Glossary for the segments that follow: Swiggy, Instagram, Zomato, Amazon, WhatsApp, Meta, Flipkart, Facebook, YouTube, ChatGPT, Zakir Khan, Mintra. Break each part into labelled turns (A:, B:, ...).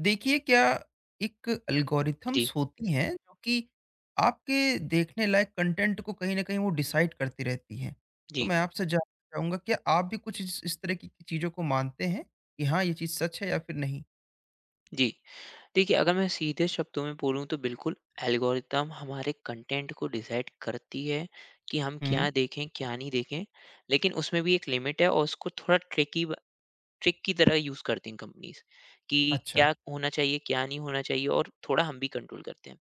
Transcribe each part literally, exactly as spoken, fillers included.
A: देखिए, क्या एक
B: जी।
A: एल्गोरिथम्स होती हैं जो कि आपके देखने लायक कंटेंट को कहीं न कहीं वो डिसाइड करती रहती हैं। तो
B: जी।
A: मैं आपसे जानना चाहूँगा क्या आप भी कुछ इस इस तरह की चीज़ों को मानते हैं कि हाँ, ये चीज़ सच है या फिर नहीं?
B: जी। देखिए, अगर मैं सीधे शब्दों में बोलूँ तो बिल्कुल एल्गोरिदम हमारे कंटेंट को डिसाइड करती है कि हम क्या
A: हुँ,
B: देखें, क्या नहीं देखें। लेकिन उसमें भी एक लिमिट है और उसको थोड़ा ट्रिकी ब ट्रिक की तरह यूज़ करती हैं कंपनीज़ कि
A: अच्छा।
B: क्या होना चाहिए, क्या नहीं होना चाहिए, और थोड़ा हम भी कंट्रोल करते हैं।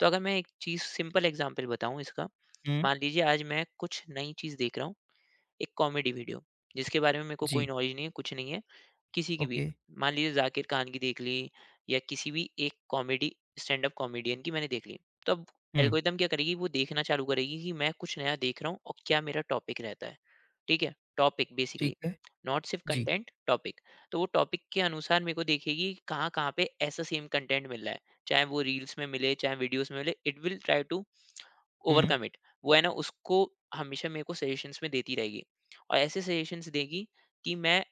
B: तो अगर मैं एक चीज़ सिंपल एग्ज़ाम्पल बताऊँ इसका,
A: हुँ,
B: मान लीजिए आज मैं कुछ नई चीज़ देख रहा हूँ, एक कॉमेडी वीडियो, जिसके बारे में मेरे को कोई
A: जी,
B: नॉलेज नहीं है, कुछ नहीं है। किसी की भी
A: ओके।
B: मान लीजिए जाकिर खान की देख ली या किसी भी एक कॉमेडी स्टैंड अप कॉमेडियन की मैंने देख ली, तो अब
A: हुँ,
B: एल्गोरिदम क्या करेगी वो देखना चालू करेगी कि मैं कुछ नया देख रहा हूँ और क्या मेरा टॉपिक रहता है। ठीक है, टॉपिक बेसिकली
A: ठीक है।
B: नॉट सिर्फ
A: जी,
B: कंटेंट टॉपिक। तो वो टॉपिक के अनुसार मेरे को देखेगी कि कहाँ कहाँ पे ऐसा सेम कंटेंट मिल रहा है, चाहे वो रील्स में मिले चाहे वीडियोस में मिले। It will try to
A: hmm,
B: overcome it. वो है ना उसको हमेशा मेरे को सजेशंस में देती रहेगी, और ऐसे सजेशंस देगी कि मैं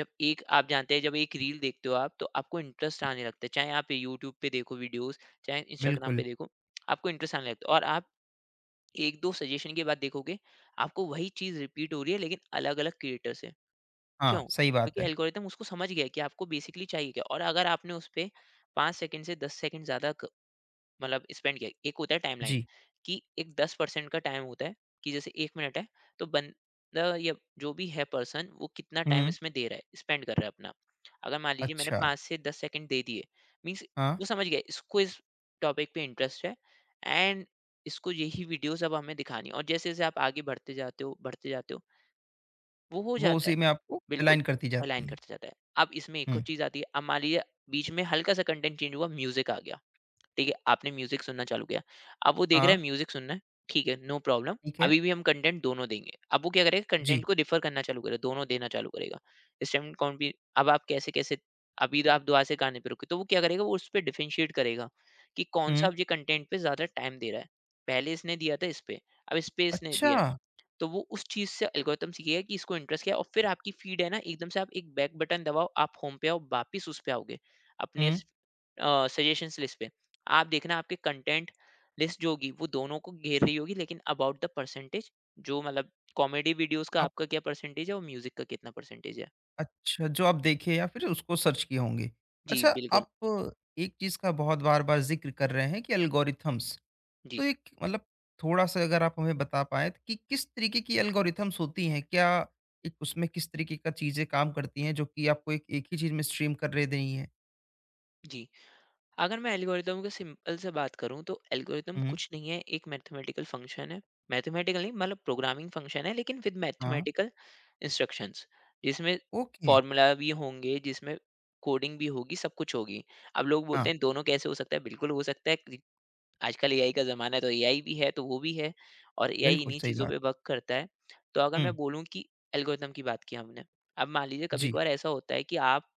B: जब एक आप जानते हैं जब एक रील देखते हो आप तो आपको इंटरेस्ट आने लगता है, चाहे आप यूट्यूब पे देखो वीडियोस चाहे इंस्टाग्राम पे
A: बिल्कुल।
B: देखो। आपको इंटरेस्ट आने लगता है और आप एक दो सजेशन के बाद देखोगे आपको वही चीज रिपीट हो रही है लेकिन अलग अलग क्रिएटर से। क्यों?
A: हाँ, सही बात
B: क्योंकि
A: है।
B: एल्गोरिथम उसको समझ गया है कि आपको बेसिकली चाहिए क्या। और अगर आपने उस पर पाँच सेकंड से दस सेकंड ज्यादा मतलब स्पेंड किया, एक होता है टाइमलाइन
A: जी,
B: कि एक दस परसेंट का टाइम होता है कि जैसे एक मिनट है, तो बंदा या जो भी है पर्सन वो कितना टाइम
A: हुँ,
B: इसमें दे रहा है, स्पेंड कर रहा है अपना। अगर मान लीजिए मैंने
A: अच्छा।
B: पाँच से दस सेकंड दे दिए, मीन्स
A: हाँ,
B: वो समझ गया इसको इस टॉपिक पे इंटरेस्ट है, एंड इसको यही वीडियोस अब हमें दिखानी है। और जैसे जैसे आप आगे बढ़ते जाते हो बढ़ते जाते हो वो हो
A: वो
B: जाता है,
A: उसी में आपको
B: बिल्कुल
A: अलाइन करती
B: अलाइन
A: जाती हैं।
B: करते जाता है। अब इसमें एक और
A: हुँ,
B: चीज़ आती है। अब मान लीजिए बीच में हल्का सा कंटेंट चेंज हुआ, म्यूजिक आ गया। ठीक है, आपने म्यूजिक सुनना चालू किया। अब वो देख रहा
A: हाँ,
B: है म्यूजिक सुनना है, ठीक है, नो प्रॉब्लम।
A: ठीक है।
B: अभी भी हम कंटेंट दोनों देंगे। अब वो क्या करेगा, कंटेंट
A: जी,
B: को रिफर करना चालू करेगा, दोनों देना चालू करेगा। इस टाइम कौन भी, अब आप कैसे कैसे, अभी तो आप दुआ से गाने पे रुके तो वो क्या करेगा, वो उस पर डिफरेंशिएट करेगा कि कौन सा
A: हुँ,
B: अब ये कंटेंट पे ज्यादा टाइम दे रहा है। पहले इसने दिया था इस पे, अब इस पे इसने
A: अच्छा।
B: दिया है। तो वो उस चीज़ से एल्गोरिथम सीखेगा कि इसको इंटरेस्ट क्या है। और फिर आपकी फ़ीड है ना, एकदम से आप एक बैक बटन दबाओ, आप होम पे आओ, वापिस उस पे आओगे, अपने
A: हुँ।
B: स अ, सजेशंस लिस्ट पे। आप देखना आपके कंटेंट लिस्ट जो होगी वो दोनों को घेर रही होगी, लेकिन अबाउट द परसेंटेज, जो मतलब कॉमेडी वीडियोज़ का
A: आप
B: आपका क्या परसेंटेज है और म्यूज़िक का कितना परसेंटेज है।
A: अच्छा, जो आप देखे या फिर उसको सर्च किए होंगे।
B: जी,
A: अच्छा,
B: बिल्कुल।
A: आप एक चीज़ का बहुत बार-बार ज़िक्र कर रहे हैं कि एल्गोरिथम्स।
B: जी।
A: तो एक मतलब थोड़ा-सा अगर आप हमें बता पाएँ कि किस तरीके की एल्गोरिथम्स होती हैं? क्या एक उसमें किस तरीके का चीज़ें काम करती हैं जो कि आपको एक एक ही चीज़ में स्ट्रीम कर दे रही हैं?
B: जी। अगर मैं एल्गोरिदम को सिंपल से बात करूं तो एल्गोरिदम
A: हुँ,
B: कुछ नहीं है, एक मैथमेटिकल फंक्शन है। मैथमेटिकल नहीं मतलब प्रोग्रामिंग फंक्शन है, लेकिन विद
A: हाँ,
B: मैथमेटिकल इंस्ट्रक्शंस, जिसमें
A: ओके,
B: फॉर्मूला भी होंगे, जिसमें कोडिंग भी होगी, सब कुछ होगी। अब लोग बोलते
A: हाँ,
B: हैं दोनों कैसे हो सकता है, बिल्कुल हो सकता है कि आजकल एआई का ज़माना है तो एआई भी है, तो वो भी है। और एआई
A: बिल्कुल
B: इन्हीं
A: सही
B: चीज़ों
A: बात।
B: पे वर्क करता है। तो अगर
A: हुँ,
B: मैं बोलूँ कि एल्गोरिदम की बात की हमने, अब मान लीजिए कभी
A: जी,
B: कभार ऐसा होता है कि आप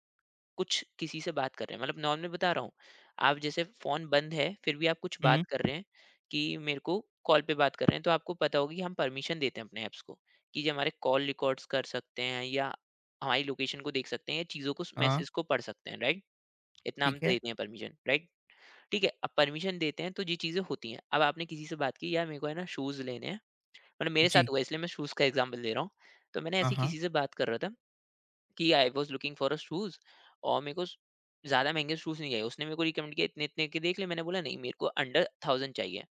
B: कुछ किसी से बात कर रहे हैं, मतलब नॉर्मल बता रहा हूँ, आप जैसे फोन बंद है फिर भी आप कुछ
A: हुँ,
B: बात कर रहे हैं कि मेरे को कॉल पे बात कर रहे हैं, तो आपको पता होगा कि हम परमिशन देते हैं अपने ऐप्स को कि जो हमारे कॉल रिकॉर्ड्स कर सकते हैं या हमारी लोकेशन को देख सकते हैं या चीज़ों को
A: हाँ,
B: मैसेज को पढ़ सकते हैं, राइट? इतना हम
A: ठीक है,
B: देते हैं परमिशन, राइट? ठीक है, अब परमिशन देते हैं तो ये चीज़ें होती हैं। अब आपने किसी से बात की, यार मेरे को है ना शूज़ लेने हैं। मतलब मेरे साथ
A: जी,
B: हुआ है इसलिए मैं शूज़ का एग्जाम्पल दे रहा हूँ। तो मैंने
A: हाँ,
B: ऐसी
A: हाँ,
B: किसी से बात कर रहा था कि I was looking for a shoes, और मेरे को स ज़्यादा महँगे शूज़ नहीं चाहिए। उसने मेरे को रिकमेंड किया इतने-इतने के देख ले। मैंने बोला नहीं, मेरे को अंडर थाउज़ेंड चाहिए।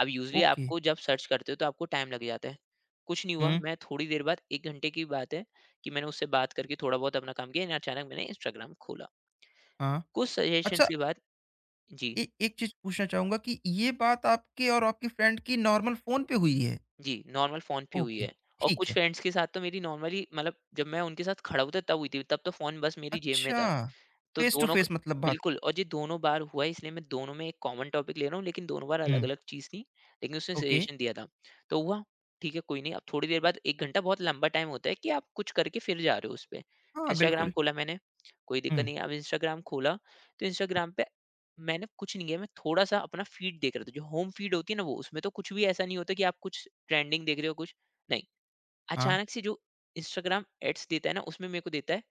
B: अब यूज़ुअली
A: ओके,
B: आपको जब सर्च करते हो तो आपको टाइम लग जाता है। कुछ नहीं हुआ,
A: हुँ,
B: मैं थोड़ी देर बाद, एक घंटे की बात है कि मैंने उससे बात करके थोड़ा बहुत अपना काम किया, एंड अचानक मैंने इंस्टाग्राम खोला।
A: हाँ।
B: कुछ सजेशंस
A: अच्छा
B: के बाद। जी।
A: ए एक चीज़ पूछना चाहूँगा कि ये बात आपके और आपकी फ्रेंड की नॉर्मल फ़ोन पे हुई है?
B: जी, नॉर्मल फ़ोन पे हुई
A: ओके,
B: है। और
A: ठीक
B: कुछ
A: है।
B: फ्रेंड्स के साथ तो मेरी नॉर्मली मतलब जब मैं उनके साथ खड़ा हुआ था तब हुई थी, तब तो फ़ोन बस मेरी जेब में
A: अच्छा,
B: था। तो
A: फ़ेस टू
B: दोनों क
A: फ़ेस मतलब बात
B: बिल्कुल। और ये दोनों बार हुआ है, इसलिए मैं दोनों में एक कॉमन टॉपिक ले रहा हूँ, लेकिन दोनों बार
A: हुँ,
B: अलग-अलग चीज़ थी, लेकिन उसने
A: ओके।
B: सजेशन दिया था। तो हुआ, ठीक है कोई नहीं, अब थोड़ी देर बाद एक घंटा बहुत लंबा टाइम होता है कि आप कुछ करके फिर जा रहे हो उस पे।
A: हाँ,
B: इंस्टाग्राम
A: बिल्कुल।
B: खोला मैंने, कोई दिक्कत
A: हुँ,
B: नहीं है, अब इंस्टाग्राम खोला, तो इंस्टाग्राम पे मैंने कुछ नहीं किया, मैं थोड़ा-सा अपना फीड देख रहा था, जो होम फीड होती है ना वो, उसमें तो कुछ भी ऐसा नहीं होता कि आप कुछ ट्रेंडिंग देख रहे हो कुछ, नहीं।
A: हाँ,
B: अचानक से जो इंस्टाग्राम एड्स देता है ना, उसमें मेरे को देता है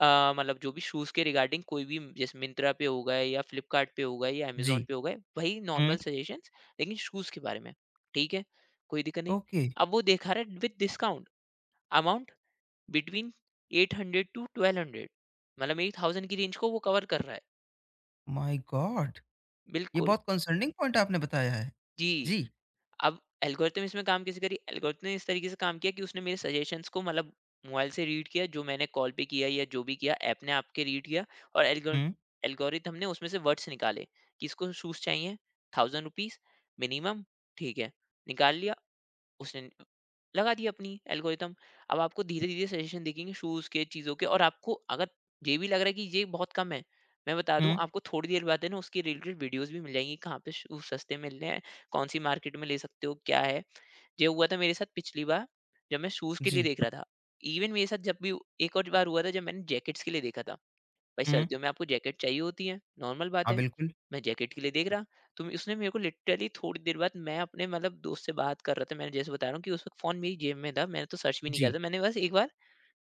B: अ, मतलब जो भी शूज़ के रिगार्डिंग कोई भी म- जैसे मिंत्रा पे हो गए या फ्लिपकार्ट पे हो गए या अमेज़न
A: जी।
B: पे हो गए, वही नॉर्मल
A: हुँ,
B: सजेशंस, लेकिन शूज़ के बारे में। ठीक है, कोई दिक्कत नहीं।
A: ओके।
B: अब वो दिखा रहा है with discount amount between eight hundred to twelve hundred, मतलब एट थाउज़ेंड की रेंज को वो कवर कर रहा है।
A: My god! ये
B: बिल्कुल।
A: बहुत कंसर्निंग पॉइंट आपने बताया है।
B: जी।
A: जी।
B: अब एल्गोरिथम इसमें काम कैसे करी, एल्गोरिथम ने इस तरीके से काम किया कि उसने मेरे सजेशंस को मतलब मोबाइल से रीड किया, जो मैंने कॉल पे किया या जो भी किया ऐप ने आपके रीड किया, और
A: हुँ,
B: एल्गोरिथम ने उसमें से वर्ड्स निकाले कि इसको शूज चाहिए, थाउजेंड रुपीज मिनिमम, ठीक है, निकाल लिया उसने, लगा दी अपनी एल्गोरिदम। अब आपको धीरे धीरे सजेशन देखेंगे शूज के चीजों के। और आपको अगर ये भी लग रहा है कि ये बहुत कम है, मैं बता दूं
A: हुँ,
B: आपको, थोड़ी देर बाद है ना उसकी रिलेटेड वीडियोस भी मिल जाएंगी कहाँ पे शूज सस्ते मिल रहे हैं, कौन सी मार्केट में ले सकते हो क्या है। ये हुआ था मेरे साथ पिछली बार जब मैं शूज के लिए
A: जी।
B: देख रहा था। इवन मेरे साथ जब भी एक और बार हुआ था जब मैंने जैकेट्स के लिए देखा था। भाई
A: हुँ,
B: सर्दियों में आपको जैकेट चाहिए होती है, नॉर्मल बात
A: हाँ,
B: है।
A: बिल्कुल।
B: मैं जैकेट के लिए देख रहा, तो उसने मेरे को लिटरली थोड़ी देर बाद, मैं अपने मतलब दोस्त से बात कर रहा था, मैंने जैसे बता रहा हूँ कि उस वक़्त फ़ोन मेरी जेब में था, मैंने तो सर्च भी नहीं करा
A: जी।
B: था। मैंने बस एक बार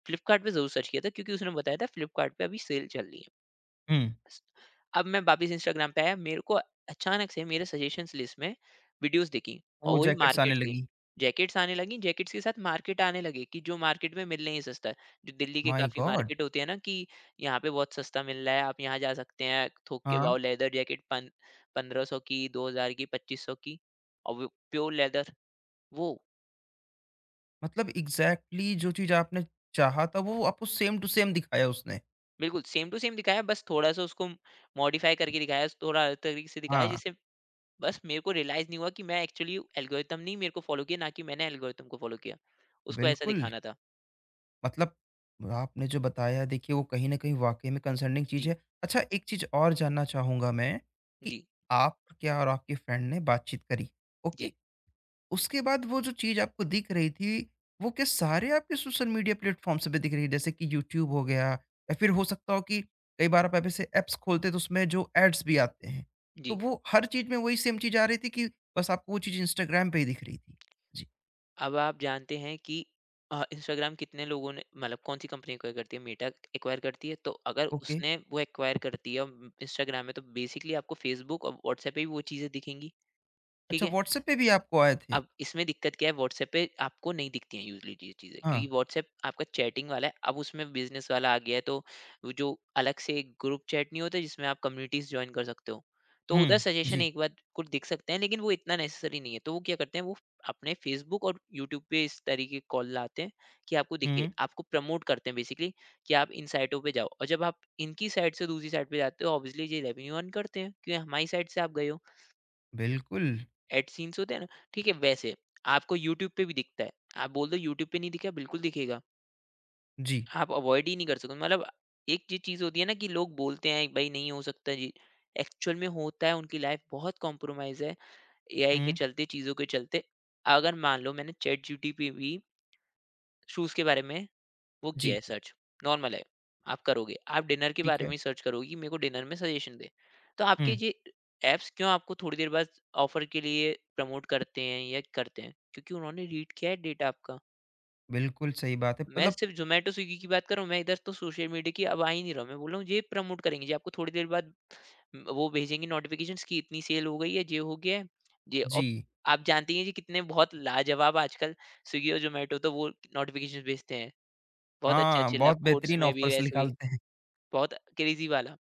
B: फ्लिपकार्ट पे ज़रूर सर्च किया था क्योंकि उसने बताया था फ्लिपकार्ट पे अभी सेल चल रही है।
A: हुँ,
B: स- अब मैं वापिस इंस्टाग्राम पे आया, मेरे को अचानक से मेरे सजेशंस लिस्ट में वीडियोस दिखी, और
A: वो
B: वही
A: जैकेट्स आने
B: मार्केट थी।
A: लगी।
B: जैकेट्स आने लगी, जैकेट्स के साथ मार्केट आने लगे कि जो मार्केट में मिलने ही सस्ता है, जो दिल्ली के
A: माय
B: काफी
A: गॉड!
B: मार्केट होती है ना कि यहाँ पे बहुत सस्ता मिल रहा है, आप यहाँ जा सकते हैं थोक के
A: हाँ,
B: भाव लेदर जैकेट पन, पंद्रह सौ की, दो हजार की, पच्चीस सौ की, और वो प्योर लेदर। वो
A: मतलब एग्ज़ैक्टली जो चीज़ आपने चाहा था, वो आपको सेम टू सेम दिखाया उसने।
B: बिल्कुल सेम टू सेम दिखाया, बस थोड़ा सा उसको मॉडिफाई करके दिखाया, थोड़ा अलग तरीके से दिखाया,
A: हाँ।
B: जिससे बस मेरे को रियलाइज़ नहीं हुआ कि मैं एक्चुअली एल्गोरिथम नहीं मेरे को फ़ॉलो किया, ना कि मैंने एल्गोरिथम को फ़ॉलो किया। उसको ऐसा
A: बिल्कुल,
B: दिखाना था।
A: मतलब आपने जो बताया देखिए वो कहीं न कहीं वाक़ई में कंसर्निंग चीज़
B: जी।
A: है। अच्छा एक चीज़ और जानना चाहूँगा मैं कि
B: जी।
A: आप क्या और आपके फ्रेंड ने बातचीत करी, ओके?
B: जी।
A: उसके बाद वो जो चीज़ आपको दिख रही थी, वो क्या सारे आपके सोशल मीडिया प्लेटफ़ॉर्म्स पे दिख रही है? जैसे कि यूट्यूब हो गया या फिर हो सकता हो कि कई बार आप ऐसे ऐप्स खोलते हैं तो उसमें जो एड्स भी आते हैं, तो
B: जी।
A: वो हर चीज़ में वही सेम चीज़ आ रही थी कि बस आपको वो चीज़ इंस्टाग्राम पे ही दिख रही थी? जी,
B: अब आप जानते हैं कि अ, इंस्टाग्राम कितने लोगों ने मतलब कौन-सी कंपनी एक्वायर करती है? मेटा एक्वायर करती है, तो अगर
A: ओके।
B: उसने वो एक्वायर करती है इंस्टाग्राम में, तो बेसिकली आपको फ़ेसबुक और व्हाट्सएप पे भी वो चीज़ें दिखेंगी, ठीक
A: अच्छा
B: है?
A: व्हाट्सऐप पे भी आपको आए थे?
B: अब इसमें दिक्कत क्या है, व्हाट्सएप पे आपको नहीं दिखती हैं यूजली ये चीज़ें, क्योंकि
A: हाँ।
B: व्हाट्सएप आपका चैटिंग वाला है। अब उसमें बिजनेस वाला आ गया है, तो वो जो अलग से एक ग्रुप चैट नहीं होता जिसमें आप कम्युनिटीज ज्वाइन कर सकते हो, तो उधर
A: हुँ,
B: सजेशन
A: जी।
B: एक बार कुछ दिख सकते हैं, लेकिन वो इतना नेसेसरी नहीं है। तो वो क्या करते हैं, वो अपने फेसबुक और यूट्यूब पे इस तरीके के कॉल लाते हैं कि आपको दिखे,
A: हुँ,
B: आपको प्रमोट करते हैं बेसिकली कि आप इन साइटों पे जाओ। और जब आप इनकी साइड से दूसरी साइड पे जाते हो, ऑब्वियसली ये रेवेन्यू अर्न करते हैं, क्योंकि हमारी साइड से आप गए हो।
A: बिल्कुल।
B: एड सीन्स होते हैं ना। ठीक है, वैसे आपको यूट्यूब पे भी दिखता है। आप बोल दो यूट्यूब पे नहीं दिखा, बिल्कुल दिखेगा।
A: जी।
B: आप अवॉइड ही नहीं कर सकते मतलब। एक ये चीज होती है ना कि लोग बोलते हैं भाई नहीं हो सकता जी, एक्चुअल में होता है। उनकी लाइफ बहुत कॉम्प्रोमाइज है एआई के
A: हुँ,
B: चलते, चीजों के चलते। अगर मान लो मैंने चैट जीटी पे भी शूज के बारे में वो किया है
A: जी,
B: सर्च, नॉर्मल है। आप करोगे, आप डिनर के
A: ठीक
B: बारे
A: है।
B: में ही सर्च करोगे कि मेरे को डिनर में सजेशन दें। तो आपके
A: हुँ,
B: ये ऐप्स क्यों आपको थोड़ी देर बाद ऑफर के लिए प्रमोट करते हैं या करते हैं? क्योंकि उन्होंने रीड किया है डेटा आपका।
A: बिल्कुल सही बात है।
B: मैं
A: मतलब
B: सिर्फ ज़ोमैटो, स्विगी की बात कर रहा हूँ, मैं इधर तो सोशल मीडिया की अब आ ही नहीं रहा हूँ। मैं बोल रहा हूँ ये प्रमोट करेंगे, ये आपको थोड़ी देर बाद उम, वो भेजेंगे नोटिफ़िकेशंस कि इतनी सेल हो गई है, ये हो गया है, ये और
A: जी,
B: आप जानती हैं ये कितने बहुत लाजवाब आजकल स्विगी और ज़ोमैटो तो वो नोटिफ़िकेशंस भेजते हैं। बहुत
A: हाँ,
B: अच्छे-अच्छे लव
A: बहुत
B: कोट्स
A: बेहतरीन
B: में भी
A: ऑफ़र्स
B: वैसे भी
A: निकालते हैं।
B: बहुत क्रेज़ी वाला।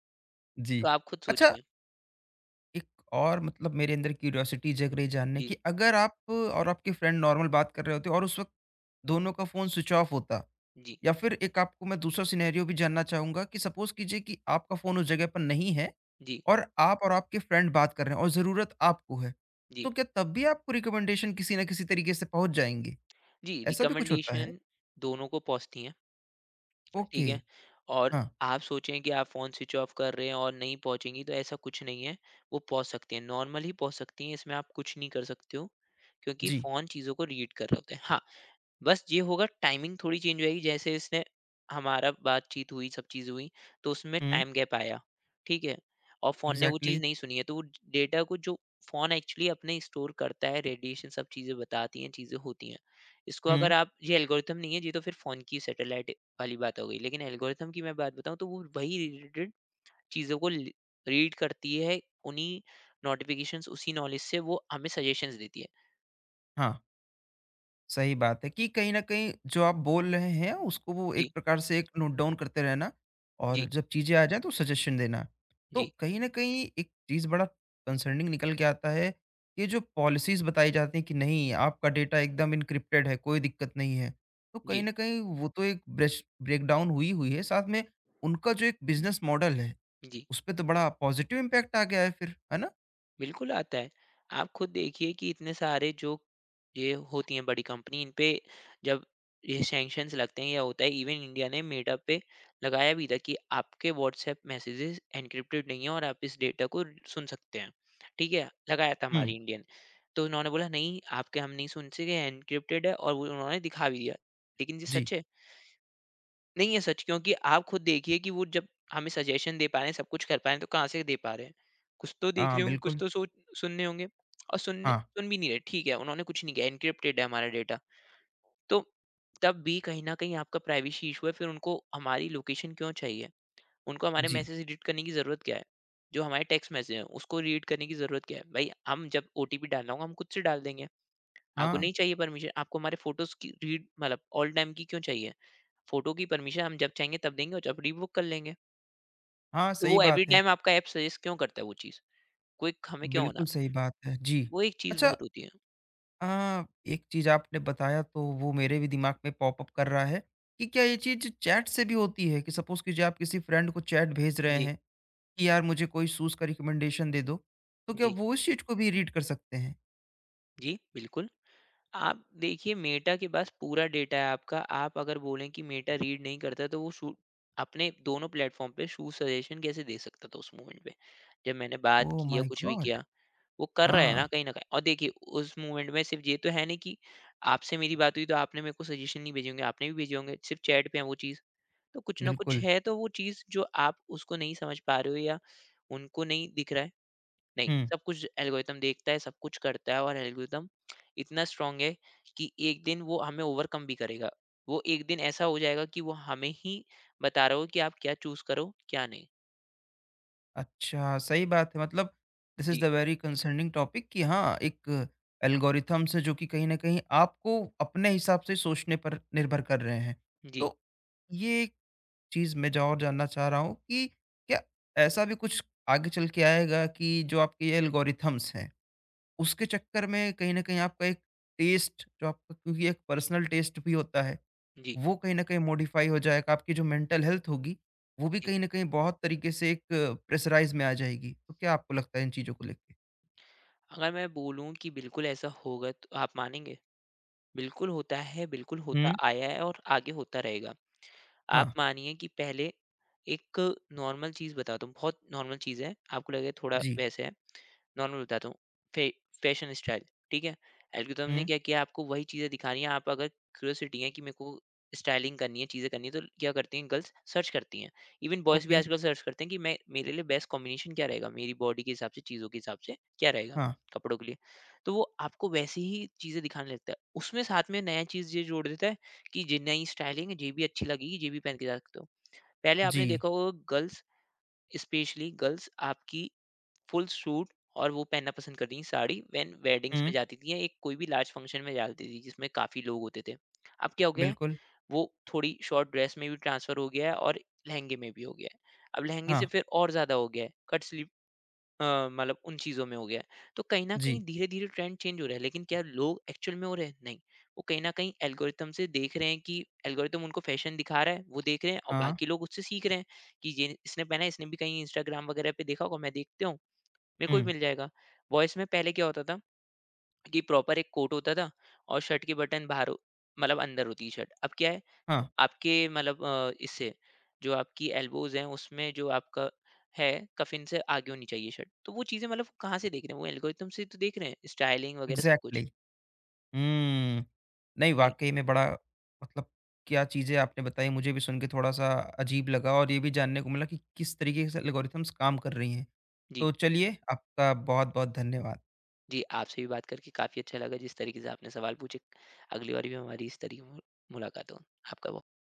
A: जी।
B: तो आप खुद
A: अच्छा,
B: सोचिए।
A: एक और मतलब मेरे अंदर क्यूरियोसिटी जग रही जानने
B: जी,
A: की, अगर आप और आपके फ्रेंड नॉर्मल बात कर रहे होते और उस वक़्त दोनों का फ़ोन स्विच ऑफ होता
B: जी,
A: या फिर एक आपको मैं दूसरा सिनेरियो भी जानना चाहूँगा कि सपोज़ कीजिए कि आपका फ़ोन उस जगह पर नहीं है
B: जी,
A: और आप और आपके फ्रेंड बात कर रहे हैं और ज़रूरत आपको है।
B: जी।
A: तो क्या तब भी आपको रिकमेंडेशन किसी न किसी तरीके से पहुँच जाएँगे?
B: जी,
A: ऐसा भी कुछ होता है?
B: रिकमेंडेशन दोनों को पहुँचती हैं, ठीक
A: ओके।
B: है? और
A: हाँ।
B: आप सोचें कि आप फ़ोन स्विच ऑफ कर रहे हैं और नहीं पहुँचेंगी, तो ऐसा कुछ नहीं है। वो पहुँच सकती हैं, नॉर्मल ही पहुँच सकती हैं, इसमें आप कुछ नहीं कर सकते हो, क्योंकि
A: जी।
B: फ़ोन चीज़ों को रीड कर रहा होता है। हाँ, बस ये होगा टाइमिंग थोड़ी चेंज होएगी। जैसे इसने हमारा बातचीत हुई, सब चीज़ हुई, तो उसमें
A: हुँ।
B: टाइम गैप आया, ठीक है? और फ़ोन ने वो
A: एग्ज़ैक्टली।
B: चीज़ नहीं सुनी है, तो वो डेटा को जो फ़ोन एक्चुअली अपने स्टोर करता है, रेडिएशन सब चीज़ें बताती हैं, चीज़ें होती हैं। इसको अगर
A: हुँ।
B: आप ये एल्गोरिथम नहीं है, ये तो फिर फ़ोन की सैटेलाइट वाली बात हो गई। लेकिन एल्गोरिथम की मैं बात बताऊँ तो वो वही रिलेटेड चीज़ों को ल रीड करती है, उन्हीं नोटिफ़िकेशंस, उसी नॉलेज से वो हमें सजेशंस देती है।
A: हाँ। सही बात है कि कहीं न कहीं जो आप बोल रहे हैं उसको वो
B: जी,
A: एक प्रकार से एक नोट डाउन करते रहना और
B: जी,
A: जब चीज़ें आ जाएँ तो सजेशन देना। तो
B: जी,
A: कहीं न कहीं एक चीज़ बड़ा कंसर्निंग निकल के आता है, ये जो पॉलिसीज़ बताई जाती हैं कि नहीं आपका डेटा एकदम एन्क्रिप्टेड है, कोई दिक्कत नहीं है। तो कहीं
B: जी,
A: न कहीं वो तो एक ब्रेश ब्रेकडाउन हुई हुई है, साथ में उनका जो एक बिज़नेस मॉडल है,
B: जी।
A: उसपे तो बड़ा पॉजिटिव इम्पैक्ट आ गया है फिर, है ना?
B: बिल्कुल आता है। आप खुद देखिए कि इतने सारे जो ये होती हैं बड़ी कंपनी, इन पे जब ये सैंक्शंस लगते हैं या होता है, इवन इंडिया ने मेटा पे लगाया भी था कि आपके व्हाट्सएप मैसेजेस एन्क्रिप्टेड नहीं है और आप इस डेटा को सुन सकते हैं। ठीक है? लगाया था
A: हुँ,
B: हमारी इंडिया ने। तो उन्होंने बोला नहीं आपके, हम नहीं सुन सके, एन्क्रिप्टेड है, और वो उन्होंने दिखा भी दिया। लेकिन ये
A: जी।
B: सच है? नहीं, ये सच, क्योंकि आप खुद देखिए कि वो जब हमें सजेशन दे पा रहे हैं, सब कुछ कर पा रहे हैं, तो कहाँ से दे पा रहे हैं? कुछ तो देख रहे
A: हाँ,
B: होंगे, कुछ
A: बिल्कुल।
B: तो सोच सुन रहे होंगे। और सुनने
A: हाँ,
B: सुन भी नहीं रहे, ठीक है, उन्होंने कुछ नहीं किया, एन्क्रिप्टेड है हमारा डेटा। तो तब भी कहीं न कहीं आपका प्राइवेसी इश्यू है, फिर उनको हमारी लोकेशन क्यों चाहिए? उनको हमारे
A: जी।
B: मैसेज रीड करने की ज़रूरत क्या है? जो हमारे टेक्स्ट मैसेज हैं, उसको रीड करने की ज़रूरत क्या है? भई, हम जब ओटीपी डालना होगा, हम खुद से डाल देंगे। आपको
A: हाँ,
B: नहीं चाहिए परमिशन। आपको हमारे फ़ोटोज़ की रीड मतलब ऑल टाइम की क्यों चाहिए? फ़ोटो की परमिशन हम जब चाहेंगे तब देंगे और जब रीबुक कर लेंगे।
A: हाँ,
B: तो
A: सही
B: वो एवरी
A: बात है।
B: टाइम आपका ऐप सजेस्ट क्यों करता है वो चीज़? क्विक हमें क्यों होना?
A: बिल्कुल सही बात है। जी।
B: वो एक चीज़
A: अच्छा
B: बहुत होती है।
A: अ, एक चीज़ आपने बताया तो वो मेरे भी दिमाग में पॉपअप कर रहा है कि क्या ये चीज़ चैट से भी होती है कि सपोज़ कीजिए आप किसी फ्रेंड को चैट भेज रहे
B: जी,
A: हैं कि यार मुझे कोई शूज़ का रिकमेंडेशन दे दो, तो क्या
B: जी,
A: वो उस चीज़ को भी रीड कर सकते हैं?
B: जी, बिल्कुल। आप देखिए मेटा के पास पूरा डेटा है आपका। आप अगर बोलें कि मेटा रीड नहीं करता, तो वो शू अपने दोनों प्लेटफ़ॉर्म पे शूज़ सजेशन कैसे दे सकता था उस मोमेंट पे? जब मैंने बात
A: ओह
B: की या
A: माय
B: कुछ भी
A: गॉड!
B: किया, वो कर रहा है ना
A: हाँ,
B: कहीं न कहीं। और देखिए, उस मोमेंट में सिर्फ़ ये तो है नहीं कि आपसे मेरी बात हुई तो आपने मेरे को सजेशन नहीं भेजे होंगे, आपने भी भेजे होंगे। सिर्फ़ चैट पे है वो चीज़? तो कुछ ना कुछ
A: बिल्कुल।
B: है, तो वो चीज़ जो आप उसको नहीं समझ पा रहे हो या उनको नहीं दिख रहा है, नहीं,
A: हुँ।
B: सब कुछ एल्गोरिथम देखता है, सब कुछ करता है। और एल्गोरिथम इतना स्ट्रॉन्ग है कि एक दिन वो हमें ओवरकम भी करेगा। वो एक दिन ऐसा हो जाएगा कि वो हमें ही बता रहा हो कि आप क्या चूज़ करो, क्या नहीं।
A: अच्छा, सही बात है मतलब दिस इज़
B: जी,
A: द वेरी कंसर्निंग टॉपिक कि हाँ, एक एल्गोरिथम्स हैं जो कि कहीं न कहीं आपको अपने हिसाब से सोचने पर निर्भर कर रहे हैं।
B: जी,
A: तो ये एक चीज़ मैं जा और जानना चाह रहा हूँ कि क्या ऐसा भी कुछ आगे चल के आएगा कि जो आपके ये एल्गोरिथम्स हैं, उसके चक्कर में कहीं न कहीं आपका एक टेस्ट जो आपका क्योंकि एक पर्सनल टेस्ट भी होता है,
B: जी,
A: वो कहीं न कहीं मॉडिफ़ाई हो जाएगा, आपकी जो मेंटल हेल्थ होगी, वो भी
B: जी।
A: कहीं न कहीं बहुत तरीके से एक प्रेशराइज़ में आ जाएगी। तो क्या आपको लगता है इन चीज़ों को लेके?
B: अगर मैं बोलूँ कि बिल्कुल ऐसा होगा, तो आप मानेंगे? बिल्कुल होता है, बिल्कुल होता
A: हुँ।
B: आया है और आगे होता रहेगा। आप
A: हाँ,
B: मानिए कि पहले एक नॉर्मल चीज़ बताता हूँ, बहुत नॉर्मल चीज़ है, आपको लगेगा थोड़ा
A: जी।
B: वैसे है। नॉर्मल बताता हूँ, फे फैशन स्टाइल, ठीक है? एल्गोरिथम ने
A: हुँ।
B: क्या किया, आपको वही चीज़ें दिखानी है। आप अगर क्यूरियोसिटी है कि मेरे को स्टाइलिंग करनी है, चीज़ें करनी है, तो क्या करती हैं, गर्ल्स सर्च करती हैं। इवन बॉयज़ भी
A: ओके,
B: आजकल सर्च करते हैं कि मैं मेरे लिए बेस्ट कॉम्बिनेशन क्या रहेगा, मेरी बॉडी के हिसाब से, चीज़ों के हिसाब से क्या रहेगा
A: हाँ,
B: कपड़ों के लिए। तो वो आपको वैसी ही चीज़ें दिखाने लगता है। उसमें साथ में नया चीज़ ये जोड़ देता है कि जी नई स्टाइलिंग है, ये भी अच्छी लगेगी, ये भी पहन के जा सकते हो। पहले आपने
A: जी।
B: देखा होगा गर्ल्स, स्पेशली गर्ल्स आपकी फुल सूट और वो पहनना पसंद करती थी, साड़ी व्हेन वेडिंग्स में
A: हुँ,
B: जाती थी या एक कोई भी लार्ज फंक्शन में जाती थी जिसमें काफ़ी लोग होते थे। अब क्या हो गया है,
A: बिल्कुल,
B: वो थोड़ी शॉर्ट ड्रेस में भी ट्रांसफ़र हो गया है और लहंगे में भी हो गया है। अब लहंगे से
A: हाँ,
B: फिर और ज़्यादा हो गया है, कट स्लीव, अ, मतलब उन चीज़ों में हो गया है। तो कहीं न कहीं
A: जी,
B: धीरे-धीरे ट्रेंड चेंज हो रहा है, लेकिन क्या लोग एक्चुअल में हो रहे हैं? नहीं। वो कहीं न कहीं एल्गोरिथम से देख रहे हैं कि एल्गोरिथम उनको फ़ैशन दिखा रहा है, वो देख रहे हैं और
A: हाँ,
B: बाकी लोग उससे सीख रहे हैं कि ये इसने पहना है, इसने भी कहीं इंस्टाग्राम वगैरह पे देखा होगा, मैं देखता हूँ, मेरे को भी
A: हुँ,
B: मिल जाएगा। वॉइस में पहले क्या होता था कि प्रॉपर एक कोट होता था और शर्ट की बटन बाहर हो- मतलब अंदर होती शर्ट, अब क्या है
A: हाँ,
B: आपके मतलब अ, इससे जो आपकी एल्बोज हैं उसमें जो आपका है कफिन से आगे होनी चाहिए शर्ट। तो वो चीजें मतलब कहाँ से देख रहे हैं? वो एल्गोरिथम से तो देख रहे हैं स्टाइलिंग वगैरह सब
A: इग्ज़ैक्टली।
B: कुछ।
A: हुँ, नहीं
B: जी,
A: वाक़ई में बड़ा मतलब क्या चीज़ें आपने बताई मुझे भी सुन के थोड़ा-सा अजीब लगा और ये भी जानने को मिला कि किस तरीके से एल्गोरिथम्स काम कर रही हैं।
B: जी,
A: तो चलिए आपका बहुत-बहुत धन्यवाद।
B: जी। आपसे भी बात करके काफी अच्छा लगा, जिस तरीके से आपने सवाल पूछे। अगली बार भी हमारी इस तरीके मु- मुलाकात हो। आपका